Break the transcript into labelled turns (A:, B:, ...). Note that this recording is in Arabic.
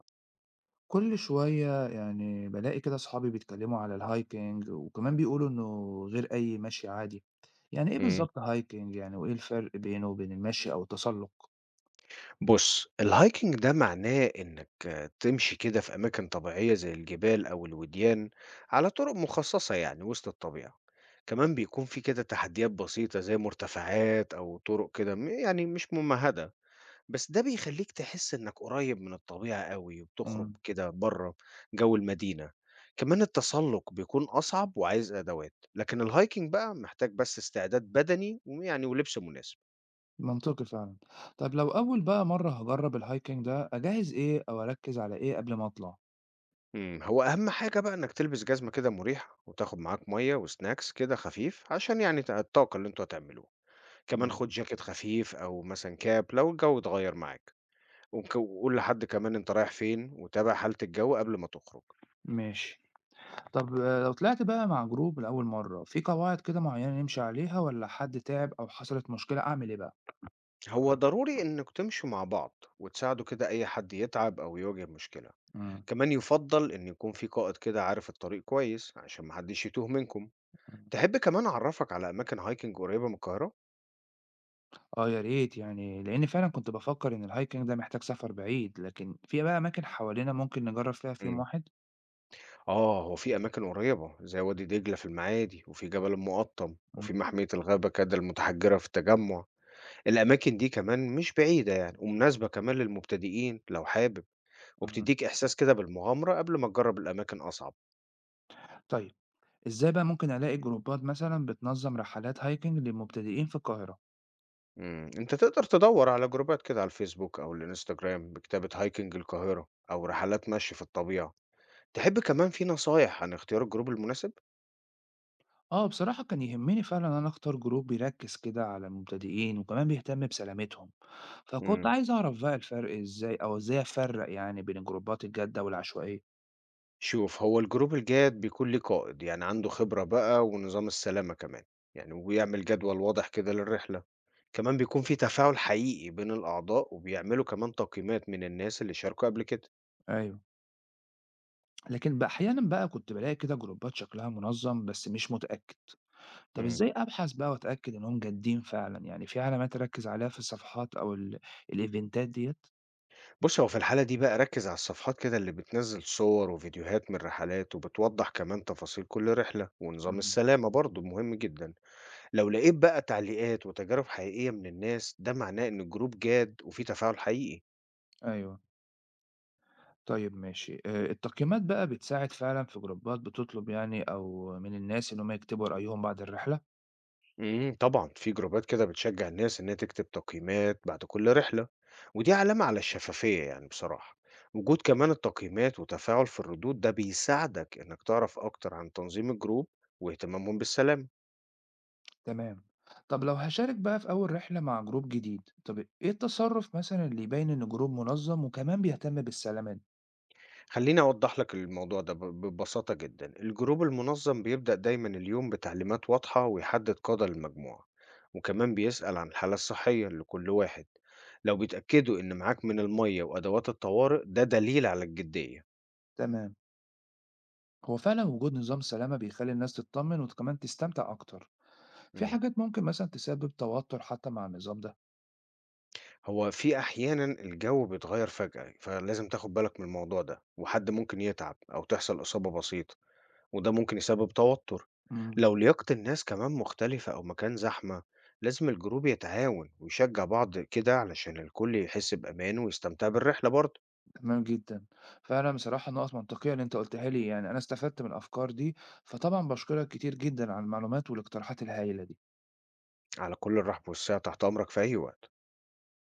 A: كل شوية يعني بالاقي كده صحابي بيتكلموا على الهايكنج، وكمان بيقولوا إنه غير أي مشي عادي. يعني إيه
B: إمم.
A: بالظبط هايكنج يعني، وإيه الفرق بينه وبين المشي أو التسلق؟
B: بُص، الhiking ده معناه إنك تمشي كده في أماكن طبيعية زي الجبال أو الوديان على طرق مخصصة يعني وسط الطبيعة. كمان بيكون في كده تحديات بسيطة زي مرتفعات أو طرق كده م يعني مش ممهدة، بس ده بيخلّيك تحس إنك قريب من الطبيعة أوي وبتخرج
A: امم
B: كده برّه جو المدينة. كمان التسلق بيكون أصعب وعايز أدوات، لكن الhiking بقى محتاج بس استعداد بدني ولبس مناسب.
A: منطقي فعلا. طب لو أول بقى مرة هجرب الهايكنج ده، أجهز إيه أو أركز على إيه قبل ما أطلع؟
B: هو أهم حاجة بقى إنك تلبس جزمة كده مريحة وتاخد معاك مية وسناكس كده خفيف عشان الطاقة اللي انتوا هتعملوه. كمان خد
A: مم.
B: جاكيت خفيف أو مثلا كاب لو الجو اتغير معاك، وك- وقول لحد كمان انت رايح فين وتابع حالة الجو قبل ما تخرج.
A: ماشي. طب آه، لو طلعت بقى مع جروب لأول مرة، في قواعد كده معينة نمشي عليها ولا حد تعب أو حصلت مشكلة أعمل إيه بقى؟
B: هو ضروري إنك تمشوا مع بعض وتساعدوا كده أي حد يتعب أو يواجه مشكلة.
A: مم.
B: كمان يفضل إن يكون في قائد كده عارف الطريق كويس عشان محدش يتوه منكم. تحب كمان أعرفك على أماكن هايكنج قريبة من القاهرة؟
A: آه يا ريت، يعني لأن فعلا كنت بفكر إن الهايكنج ده محتاج سفر بعيد، لكن في بقى أماكن حوالينا ممكن نجرب فيها في يوم واحد؟
B: آه، هو في أماكن قريبة زي وادي دجلة في المعادي وفي جبل المقطم وفي
A: مم.
B: محمية الغابة كده المتحجرة في التجمع. الأماكن دي كمان مش بعيدة يعني ومناسبة كمان للمبتدئين لو حابب،
A: مم.
B: وبتديك إحساس كده بالمغامرة قبل ما تجرب الأماكن أصعب.
A: طيب، إزاي بقى ممكن ألاقي جروبات مثلا بتنظم رحلات هايكنج للمبتدئين في القاهرة؟
B: أنت تقدر تدور على جروبات كده على الفيسبوك أو الإنستجرام بكتابة هايكنج القاهرة أو رحلات مشي في الطبيعة. تحب كمان في نصايح عن اختيار الجروب المناسب؟
A: آه بصراحة كان يهمني فعلا إن أنا أختار جروب بيركز كده على المبتدئين وكمان بيهتم بسلامتهم، فكنت
B: مم.
A: عايز أعرف بقى الفرق إزاي، أو إزاي أفرق يعني بين الجروبات الجادة والعشوائية.
B: شوف، هو الجروب الجاد بيكون ليه قائد يعني عنده خبرة بقى ونظام السلامة كمان، يعني وبيعمل جدول واضح كده للرحلة. كمان بيكون في تفاعل حقيقي بين الأعضاء وبيعملوا كمان تقييمات من الناس اللي شاركوا قبل كده.
A: أيوه، لكن بقى أحيانا بقى كنت بلاقي كده جروبات شكلها منظم بس مش متأكد. طب
B: مم.
A: إزاي أبحث بقى وأتأكد إنهم جادين فعلًا، يعني في علامات أركّز عليها في الصفحات أو الإيفنتات ديّة؟
B: بص هو في الحالة دي بقى ركز على الصفحات كده اللي بتنزل صور وفيديوهات من الرحلات وبتوضح كمان تفاصيل كل رحلة، ونظام
A: إمم،
B: السلامة برضه مهم جدا. لو لقيت بقى تعليقات وتجارب حقيقية من الناس ده معناه إن الجروب جاد وفي تفاعل حقيقي.
A: أيوه. طيب ماشي، التقييمات بقى بتساعد فعلًا، في جروبات بتطلب يعني أو من الناس إن هم يكتبوا رأيهم بعد الرحلة؟
B: طبعا في جروبات كده بتشجع الناس انها تكتب تقييمات بعد كل رحلة، ودي علامة على الشفافية يعني بصراحة. وجود كمان التقييمات وتفاعل في الردود ده بيساعدك انك تعرف اكتر عن تنظيم الجروب واهتمامهم بالسلام.
A: تمام. طب لو هاشارك بقى في أول رحلة مع جروب جديد، طب إيه التصرُّف مثلًا اللي يبيّن إن جروب منظَّم وكمان بيهتم بالسلامات؟
B: خليني اوضح لك الموضوع ده ببساطة جدا، الجروب المنظم بيبدأ دايما اليوم بتعليمات واضحة ويحدد قادة المجموعة، وكمان بيسأل عن الحالة الصحية لكل واحد. لو بيتأكدوا ان معاك من المية وادوات الطوارئ ده دليل على الجدية.
A: تمام. هو فعلًا وجود نظام سلامة بيخلّي الناس تتطمن وكمان تستمتع أكتر، في
B: مم.
A: حاجات ممكن مثلًا تسبب توتر حتى مع النظام ده.
B: هو في أحيانًا الجو بيتغيّر فجأة، فلازم تاخد بالك من الموضوع ده، وحد ممكن يتعب أو تحصل إصابة بسيطة، وده ممكن يسبب توتر.
A: إمم،
B: لو لياقة الناس كمان مختلفة أو مكان زحمة، لازم الجروب يتعاون ويشجع بعض كده علشان الكل يحس بأمان ويستمتع بالرحلة برضه.
A: تمام جدًا. فعلًا بصراحة نُقَط منطقية اللي أنت قُلتها لي، يعني أنا استفدت من الأفكار دي، فطبعًا باشكرك كتير جدًا على المعلومات والاقتراحات الهايلة دي.
B: على كل الرحب والسعة، تحت أمرك في أي وقت.